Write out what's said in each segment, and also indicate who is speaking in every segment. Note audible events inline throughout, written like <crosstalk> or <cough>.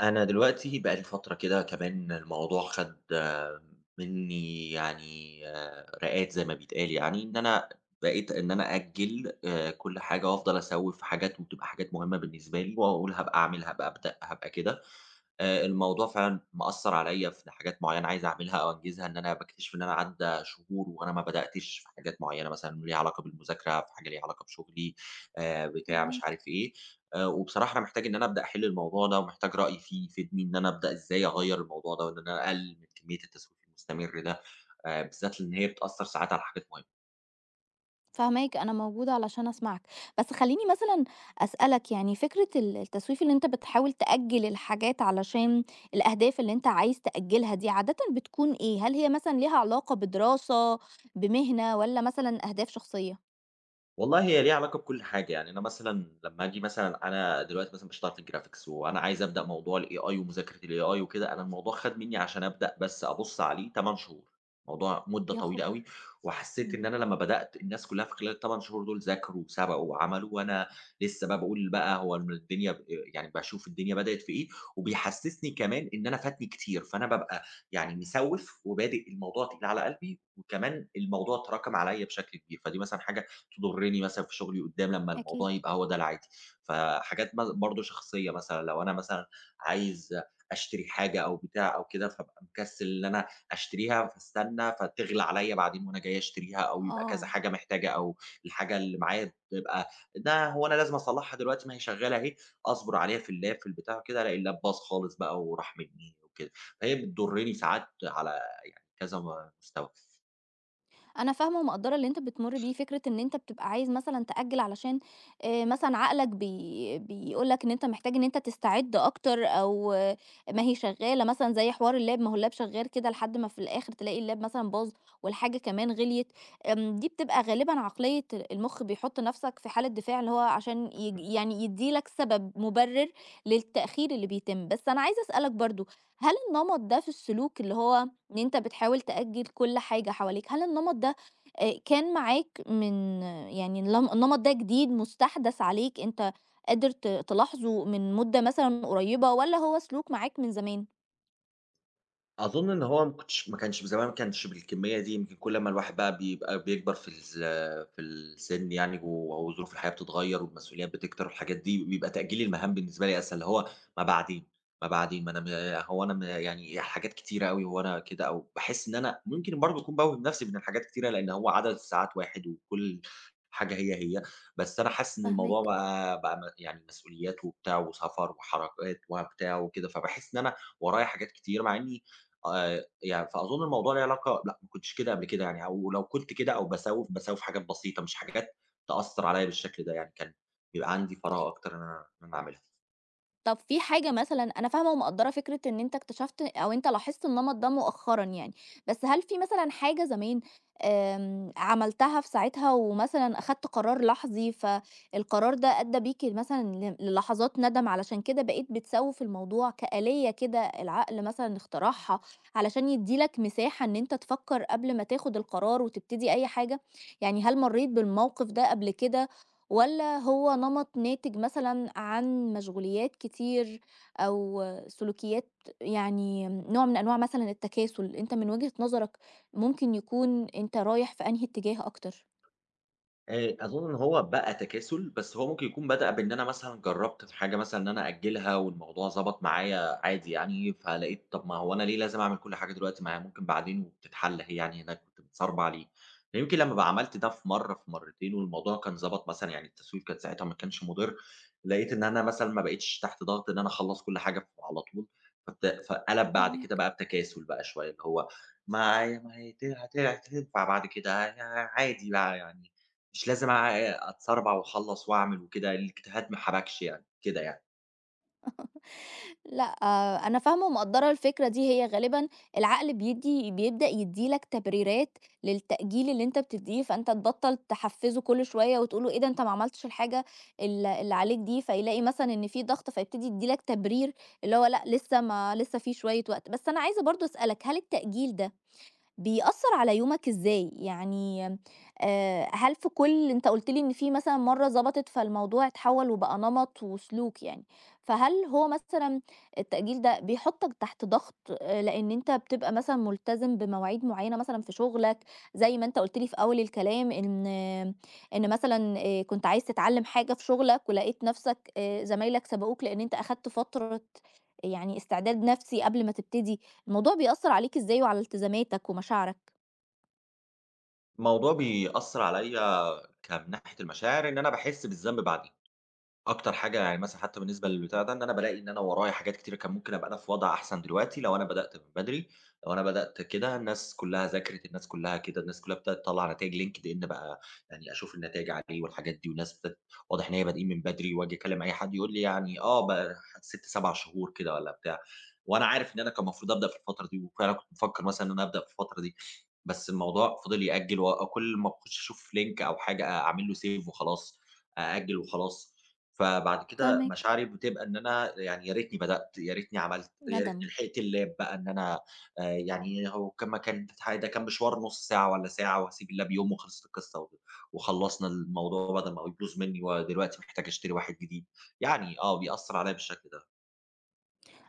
Speaker 1: أنا دلوقتي بقى لي فترة كده كمان الموضوع خَد منّي رقات زي ما بيتقال إن أنا بقيت إن أنا أأجّل كل حاجة وأفضل أسوّف في حاجات وبتبقى حاجات مهمة بالنسبة لي وأقول هابقى أعمل، هابقى أبدأ، هابقى كده. الموضوع فعلًا مأثّر عليّا في حاجات معيّنة عايز أعملها أو أنجزها، إن أنا باكتشف إن أنا عدّى شهور وأنا ما بدأتش في حاجات معيّنة مثلًا ليها علاقة بالمذاكرة، في حاجة ليها علاقة بشغلي، بتاع مش
Speaker 2: فاهماك.
Speaker 1: عارف إيه. وبصراحة أنا محتاج إن أنا أبدأ أحل الموضوع ده، ومحتاج رأي فيه يفيدني إن أنا أبدأ إزاي أغيّر الموضوع ده، وإن أنا أقلل من كمية التسويف المستمر ده، بالذات لإن هي بتأثّر ساعات على حاجات مهمة.
Speaker 2: أنا موجودة علشان أسمعك. بس خلّيني مثلًا أسألك يعني فكرة التسويف اللي أنت بتحاول تأجّل الحاجات علشان الأهداف اللي أنت عايز تأجّلها دي عادةً بتكون إيه؟ هل هي مثلًا ليها علاقة بدراسة، بمهنة والّا مثلًا أهداف شخصية؟
Speaker 1: والله هي ليها علاقة بكل حاجة، يعني أنا مثلًا لمّا أجي مثلًا أنا دلوقتي مثلًا باشتغل في الgraphics وأنا عايز أبدأ موضوع الAI ومذاكرة الAI وكده، أنا الموضوع خَد منّي عشان أبدأ بس أبُص عليه 8 شهور، موضوع مدة
Speaker 2: يا
Speaker 1: طويلة
Speaker 2: خبر!
Speaker 1: أوي، وحسّيت إن
Speaker 2: إمم.
Speaker 1: أنا لمّا بدأت الناس كلّها في خلال ال8 شهور دول ذاكروا وسبقوا وعملوا، وأنا لسه بقى باقول بقى هو الدنيا ب يعني باشوف الدنيا بدأت في إيه، وبيحسّسني كمان إن أنا فاتني كتير، فأنا بابقى يعني مسوّف وبادئ الموضوع تقيل على قلبي، وكمان الموضوع اتراكم عليّا بشكل كبير، فدي مثلًا حاجة تضرني مثلًا في شغلي قدّام لمّا
Speaker 2: أكيد.
Speaker 1: الموضوع يبقى هو ده العادي، فحاجات برضه شخصية مثلًا لو أنا مثلًا عايز أشتري حاجة أو بتاع أو كده، فابقى مكسل إن أنا أشتريها، فاستنى فتغلى عليَّ بعدين وأنا جاي أشتريها أو يبقى كذا
Speaker 2: آه.
Speaker 1: حاجة محتاجة أو الحاجة اللي معايا تبقى ده هو أنا لازم أصلّحها دلوقتي ما هي شغالة أهي، أصبر عليها في اللاب في البتاع وكده، ألاقي اللاب باظ خالص بقى وراح مني وكده، فهي بتضرني ساعات على يعني كذا مستوى.
Speaker 2: أنا فاهمة ومقدّرة اللي أنت بتمُر بيه، فكرة إن أنت بتبقى عايز مثلًا تأجّل علشان مثلًا عقلك بيقول لك إن أنت محتاج إن أنت تستعد أكتر أو آه، ما هي شغّالة مثلًا زي حوار اللاب، ما هو اللاب شغّال كده لحد ما في الآخر تلاقي اللاب مثلًا باظ والحاجة كمان غليت. آمم، دي بتبقى غالبًا عقلية المُخ بيحُط نَفْسك في حالة دفاع اللي هو عشان
Speaker 1: إمم.
Speaker 2: يعني يدّي لك سبب مُبرِّر للتأخير اللي بيتم. بس أنا عايزة أسألك برضه، هل النمط ده في السلوك اللي هو إن أنت بتحاول تأجّل كل حاجة حواليك، هل النمط ده كان معاك من يعني النمط ده جديد مُستحدَث عليك أنت قادر تلاحظه من مدة مثلًا قريّبة والّا هو سلوك معاك من زمان؟
Speaker 1: أظن إن هو ما كانش زمان ما كانش بالكمية دي، يمكن كل أمّا الواحد بقى بيكبر في في السِن يعني وظروف الحياة بتتغيّر والمسؤوليات بتكتر والحاجات دي، بيبقى تأجيل المهام بالنسبة لي أسهل، اللي هو ما بعدين، ما أنا م يعني حاجات كتيرة أوي هو أنا كده أو باحس إن أنا ممكن برضه أكون باوِّه نفسي من الحاجات كتيرة، لإن هو عدد الساعات واحد وكل حاجة هي. بس أنا حاسس إن الموضوع
Speaker 2: فاهماك.
Speaker 1: بقى يعني مسؤوليات وبتاع وسفر وحركات وبتاع وكده، فباحس إن أنا ورايا حاجات كتير، مع إني يعني فأظن الموضوع ليه علاقة لأ، ما كنتش كده قبل كده يعني، أو لو كنت كده أو باسوّف حاجات بسيطة مش حاجات تأثّر عليّا بالشكل ده يعني، كان بيبقى عندي فراغ أكتر إن أنا أعملها.
Speaker 2: طب في حاجة مثلًا، أنا فاهمة ومقدّرة فكرة إن أنت اكتشفت أو أنت لاحظت النمط ده مؤخرًا يعني، بس هل في مثلًا حاجة زمان، آمم، عملتها في ساعتها ومثلًا أخدت قرار لحظي، فالقرار ده أدّى بيك مثلًا للحظات ندم، علشان كده بقيت بتسوّف الموضوع كآلية كده العقل مثلًا اخترعها علشان يدّي لك مساحة إن أنت تفكّر قبل ما تاخد القرار وتبتدي أي حاجة؟ يعني هل مرّيت بالموقف ده قبل كده؟ والّا هو نمَط ناتج مثلًا عن مشغوليات كتير أو سلوكيات، يعني نوع من أنواع مثلًا التكاسُل، أنت من وجهة نظرك ممكن يكون أنت رايح في أنهي اتجاه أكتر؟
Speaker 1: أظُن إن هو بقى تكاسُل، بس هو ممكن يكون بدأ بإن أنا مثلًا جرّبت في حاجة مثلًا إن أنا أأجّلها والموضوع ضبط معايا عادي يعني، فلقيت طَب ما هو أنا ليه لازم أعمل كل حاجة دلوقتي، ما هي ممكن بعدين وبتتحل أهي يعني أنا كنت متصاربع ليه؟ فيمكن لمّا بقى عملت ده في مرّة، في مرّتين والموضوع كان ضبط مثلًا يعني التسويف كان ساعتها ما كانش مُضِر، لقيت إن أنا مثلًا ما بقيتش تحت ضغط إن أنا أخلّص كل حاجة على طول، فقَلَب بعد كده
Speaker 2: فاهماك.
Speaker 1: بقى بتكاسُل بقى شوية، اللي هو ما هي ت هت هتنفع بعد كده عادي بقى يعني. مش لازم أتسربع وأخلّص وأعمل وكده، الاجتهاد ما حبكش يعني، كده يعني.
Speaker 2: لأ، آه، أنا فاهمة ومقدّرة الفكرة دي، هي غالبًا العقل بيبدأ يدّي لك تبريرات للتأجيل اللي أنت بتدّيه، فأنت تبطّل تحفّزه كل شوية وتقول له إيه ده أنت ما عملتش الحاجة اللي عليك دي، فيلاقي مثلًا إن في ضغط فيبتدي يدّي لك تبرير اللي هو لأ، لسه ما لسه في شوية وقت. بس أنا عايزة برضه أسألك، هل التأجيل ده بيأثّر على يومك إزاي؟ يعني هل في، كل أنت قُلت لي إن في مثلًا مرّة ضبطت فالموضوع اتحوّل وبقى نمط وسلوك يعني، فهل هو مثلًا التأجيل ده بيحُطّك تحت ضغط لإن أنت بتبقى مثلًا ملتزم بمواعيد معيّنة مثلًا في شغلك، زي ما أنت قُلت لي في أول الكلام إن مثلًا كنت عايز تتعلّم حاجة في شغلك ولقيت نَفْسك زمايلك سبقوك لإن أنت أخدت فترة يعني استعداد نَفْسي قبل ما تبتدي. الموضوع بيأثّر عليك إزاي وعلى التزاماتك ومشاعرك؟
Speaker 1: الموضوع بيأثّر عليَّ من ناحية المشاعر، إن أنا باحس بالذنب بعد أكتر حاجة يعني مثلًا حتى بالنسبة للبتاع ده، إن أنا بالاقي إن أنا ورايا حاجات كتيرة كان ممكن أبقى أنا في وضع أحسن دلوقتي لو أنا بدأت من بدري، لو أنا بدأت كده الناس كلها ذاكرت، الناس كلها كده، الناس كلها ابتدت تطلّع نتايج LinkedIn بقى يعني أشوف النتايج عليه والحاجات دي، والناس ابتدت واضح إن هي بادئين من بدري، وآجي أكلم أي حد يقول لي يعني آه بقى 6، 7 شهور كده والّا بتاع، وأنا عارف إن أنا كان المفروض أبدأ في الفترة دي، وفعلًا كنت مفكر مثلًا إن أنا أبدأ في الفترة دي، بس الموضوع فضل يأجل، وكل ما أخش أشوف لينك أو حاجة أعمل له save وخلاص، أأجل وخلاص. فبعد كده
Speaker 2: فاهماك.
Speaker 1: مشاعري بتبقى إن أنا يعني يا ريتني بدأت، يا ريتني عملت، يا
Speaker 2: ندم.
Speaker 1: ريتني لحقت اللاب بقى إن أنا يعني هو كان ما كان الامتحان ده كان مشوار نُص ساعة والّا ساعة وهاسيب اللاب يوم وخلصت القصة وخلّصنا الموضوع بدل ما هو يبوظ منّي ودلوقتي محتاج أشتري واحد جديد. يعني آه، بيأثّر عليّا بالشكل ده.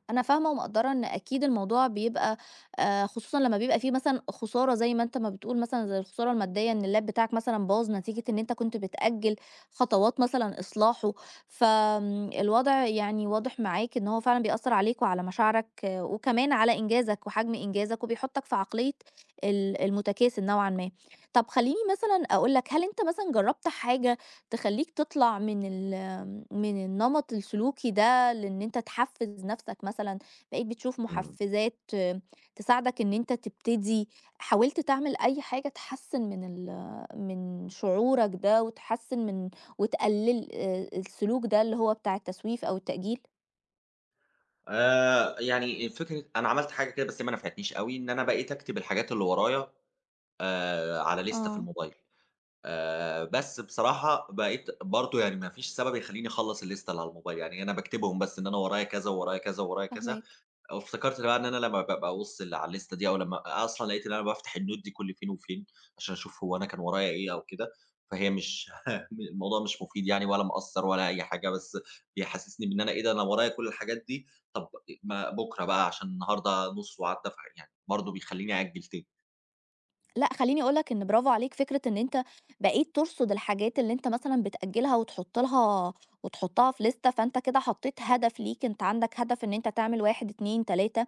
Speaker 2: أنا فاهمة ومقدّرة إن أكيد الموضوع بيبقى خصوصًا لمّا بيبقى في مثلًا خسارة زي ما أنت ما بتقول مثلًا زي الخسارة المادية إن اللاب بتاعك مثلًا باظ نتيجة إن أنت كنت بتأجّل خطوات مثلًا إصلاحه. فآمم، الوضع يعني واضح معاك إن هو فعلًا بيأثّر عليك وعلى مشاعرك آه، وكمان على إنجازك وحجم إنجازك وبيحُطّك في عقلية المتكاسل نوعًا ما. طَب خلّيني مثلًا أقول لك، هل أنت مثلًا جرّبت حاجة تخلّيك تطلع من من النمط السلوكي ده لإن أنت تحفّز نَفْسك مثلًا، بقيت بتشوف
Speaker 1: إمم.
Speaker 2: مُحفّزات آه، تساعدك إن أنت تبتدي، حاولت تعمل أي حاجة تحسّن من من شعورك ده وتحسّن من، وتقلل السلوك ده اللي هو بتاع التسويف أو التأجيل؟
Speaker 1: يعني فكرة أنا عملت حاجة كده بس هي ما نفعتنيش أوي، إن أنا بقيت أكتب الحاجات اللي ورايا على ليستة في
Speaker 2: آه.
Speaker 1: الموبايل. بس بصراحة بقيت برضه يعني ما فيش سبب يخلّيني أخلّص الليستة اللي على الموبايل، يعني أنا باكتبهم بس إن أنا ورايا كذا، ورايا كذا، ورايا كذا،
Speaker 2: فاهماك.
Speaker 1: وافتكرت بقى إن أنا لمّا بابقى أبُص على الليستة دي أو لمّا أصلًا لقيت إن أنا بافتح النوت دي كل فين وفين عشان أشوف هو أنا كان ورايا إيه أو كده، فهي مش <laughs> الموضوع مش مفيد يعني ولا مأثّر ولا أي حاجة، بس بيحسّسني بإن أنا إيه ده أنا ورايا كل الحاجات دي، طب ما بُكرة بقى عشان النهارده نُص وعدّى، فيعني برضه بيخلّيني أأجّل تاني.
Speaker 2: لأ، خلّيني أقول لك إن برافو عليك فكرة إن أنت بقيت ترصد الحاجات اللي أنت مثلًا بتأجّلها وتحُط لها وتحُطّها في لِستة، فأنت كده حطّيت هدف ليك، أنت عندك هدف إن أنت تعمل 1، 2، 3.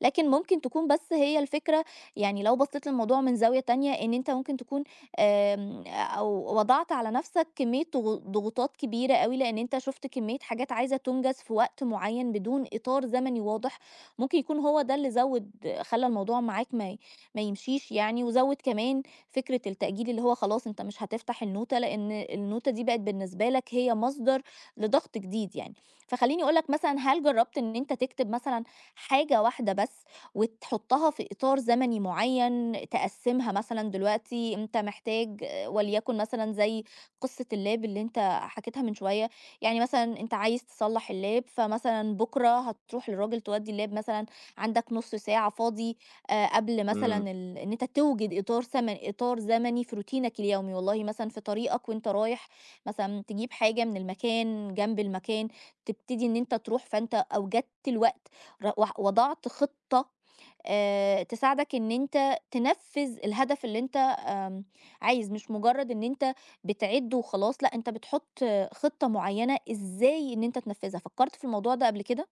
Speaker 2: لكن ممكن تكون بس هي الفكرة، يعني لو بصّيت للموضوع من زاوية تانية، إن أنت ممكن تكون آمم أو وضعت على نَفْسك كمّية ضغوطات كبيرة أوي، لإن أنت شُفت كمّية حاجات عايزة تُنجز في وقت معيّن بدون إطار زمني واضح، ممكن يكون هو ده اللي زوِّد، خلّى الموضوع معاك ما يمشيش يعني، وزوّد كمان فكرة التأجيل اللي هو خلاص أنت مش هتفتح النوتة، لإن النوتة دي بقت بالنسبة لك هي مصدر لضغط جديد يعني. فخلّيني أقول لك مثلًا، هل جرّبت إن أنت تكتب مثلًا حاجة واحدة بس وتحطها في إطار زمني معيّن، تقسّمها مثلًا دلوقتي أنت محتاج آه، وليكن مثلًا زي قصة اللاب اللي أنت حكيتها من شوية، يعني مثلًا أنت عايز تصلّح اللاب، فمثلًا بُكرة هتروح للراجل تودّي اللاب مثلًا، عندك نُص ساعة فاضي، قبل مثلًا
Speaker 1: إمم.
Speaker 2: إن أنت توجد إطار زمني في روتينك اليومي، والله مثلًا في طريقك وأنت رايح مثلًا تجيب حاجة من المكان، جنب المكان، تبتدي إن أنت تروح، فأنت أوجدت الوقت ر و وضعت خطة تساعدك إن أنت تنفذ الهدف اللي أنت آمم عايز، مش مجرد إن أنت بتعد وخلاص، لأ أنت بتحط آه، خطة معينة إزاي إن أنت تنفذها، فكرت في الموضوع ده قبل كده؟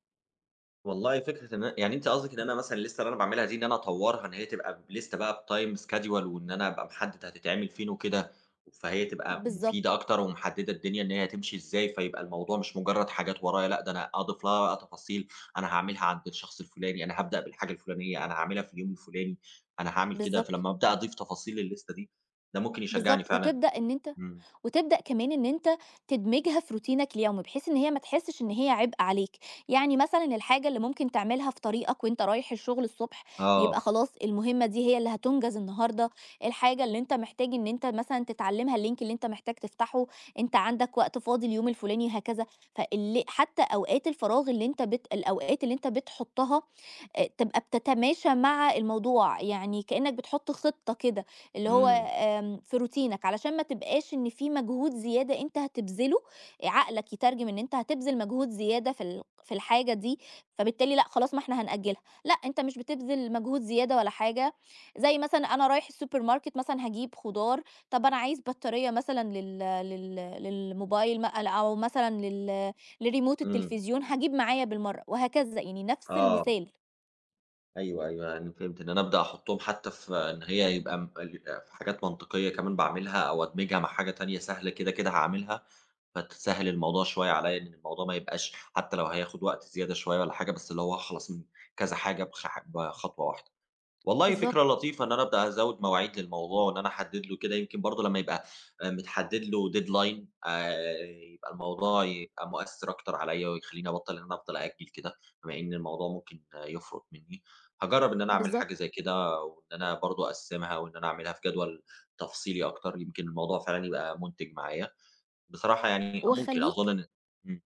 Speaker 1: والله فكرة إن أنا يعني أنتِ قصدِك إن أنا مثلًا الليستة اللي أنا باعملها دي إن أنا أطوّرها إن هي تبقى بليستة بقى بtime schedule وإن أنا أبقى محدد هتتعمل فين وكده، فهي تبقى مفيدة
Speaker 2: بالضبط.
Speaker 1: أكتر ومحددة الدنيا إن هي هتمشي إزاي، فيبقى الموضوع مش مجرد حاجات ورايا، لأ ده أنا أضيف لها بقى تفاصيل، أنا هاعملها عند الشخص الفلاني، أنا هابدأ بالحاجة الفلانية، أنا هاعملها في اليوم الفلاني، أنا هاعمل كده،
Speaker 2: بالضبط.
Speaker 1: فلما أبدأ أضيف تفاصيل للليستة دي، ده ممكن يشجعني
Speaker 2: بالضبط،
Speaker 1: فعلًا.
Speaker 2: وتبدأ إن أنت،
Speaker 1: إمم،
Speaker 2: وتبدأ كمان إن أنت تدمجها في روتينك اليومي، بحيث إن هي ما تحسش إن هي عبء عليك، يعني مثلًا الحاجة اللي ممكن تعملها في طريقك وأنت رايح الشغل الصبح، يبقى
Speaker 1: آه،
Speaker 2: خلاص المهمة دي هي اللي هتُنجز النهارده، الحاجة اللي أنت محتاج إن أنت مثلًا تتعلمها، الlink اللي أنت محتاج تفتحه، أنت عندك وقت فاضي اليوم الفلاني هكذا، حتى أوقات الفراغ اللي أنت الأوقات اللي أنت بتحطها تبقى بتتماشى مع الموضوع، يعني كأنك بتحط خطة كده، اللي هو
Speaker 1: إمم،
Speaker 2: آمم، في روتينك علشان ما تبقاش إن في مجهود زيادة أنت هتبذله، عقلك يترجم إن أنت هتبذل مجهود زيادة في في الحاجة دي، فبالتالي لأ خلاص ما إحنا هنأجلها، لأ أنت مش بتبذل مجهود زيادة ولا حاجة، زي مثلًا أنا رايح السوبر ماركت مثلًا هاجيب خضار، طب أنا عايز بطارية مثلًا لل لل للموبايل أو مثلًا لريموت
Speaker 1: إمم،
Speaker 2: التلفزيون هاجيب معايا بالمرة، وهكذا يعني نفس
Speaker 1: آه.
Speaker 2: المثال.
Speaker 1: أيوه، أيوه، يعني فهمت إن أنا أبدأ أحُطّهم حتّى في إن هي يبقى م ال في حاجات منطقية كمان باعملها أو أدمجها مع حاجة تانية سهلة كده، كده هاعملها، فتسهِّل الموضوع شوية عليّا إن الموضوع ما يبقاش حتّى لو هياخد وقت زيادة شوية والّا حاجة، بس اللي هو أخلص من كذا حاجة بخطوة واحدة. والله فكرة
Speaker 2: بالضبط.
Speaker 1: لطيفة إن أنا أبدأ أزوّد مواعيد للموضوع، وإن أنا أحدّد له كده يمكن برضه لمّا يبقى متحدّد له deadline يبقى الموضوع يبقى مؤثّر أكتر عليّا، ويخلّيني أبطّل إن أنا أفضل أأجّل كده، بما إن الموضوع ممكن آه، يفرط منّي. هاجرّب إن أنا أعمل حاجة
Speaker 2: بالضبط،
Speaker 1: زي كده، وإن أنا برضه أقسّمها، وإن أنا أعملها في جدول تفصيلي أكتر، يمكن الموضوع فعلًا يبقى مُنتِج معايا. بصراحة يعني ممكن أظُن
Speaker 2: وخلّيك،
Speaker 1: إن إمم،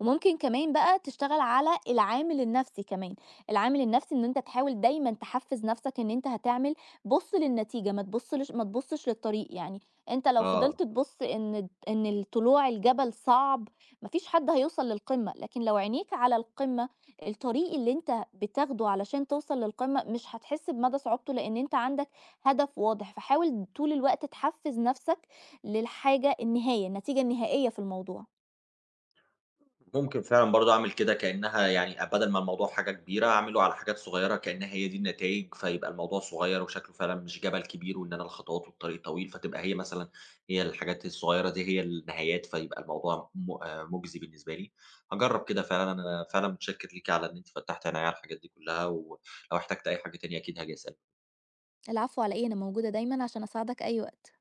Speaker 2: وممكن كمان بقى تشتغل على العامل النفسي كمان، العامل النفسي ان انت تحاول دايما تحفز نفسك ان انت هتعمل، بص للنتيجة ما تبصش، ما تبصش للطريق، يعني انت لو
Speaker 1: آه.
Speaker 2: فضلت تبص ان طلوع الجبل صعب مفيش حد هيوصل للقمة، لكن لو عينيك على القمة الطريق اللي انت بتاخده علشان توصل للقمة مش هتحس بمدى صعوبته لان انت عندك هدف واضح، فحاول طول الوقت تحفز نفسك للحاجة النتيجة النهائية في الموضوع.
Speaker 1: ممكن فعلًا برضه أعمل كده كأنها يعني بدل ما الموضوع حاجة كبيرة، أعمله على حاجات صغيرة كأنها هي دي النتايج، فيبقى الموضوع صغير وشكله فعلًا مش جبل كبير، وإن أنا الخطوات والطريق طويل، فتبقى هي مثلًا هي الحاجات الصغيرة دي هي النهايات، فيبقى الموضوع م مجزي بالنسبة لي. هاجرّب كده فعلًا، أنا فعلًا متشكر ليكِ على إن أنتِ فتّحتِ عينيّا على الحاجات دي كلها، ولو احتجت أي حاجة تانية أكيد هاجي أسألِك.
Speaker 2: العفو على إيه، أنا موجودة دايمًا عشان أساعدك أي وقت.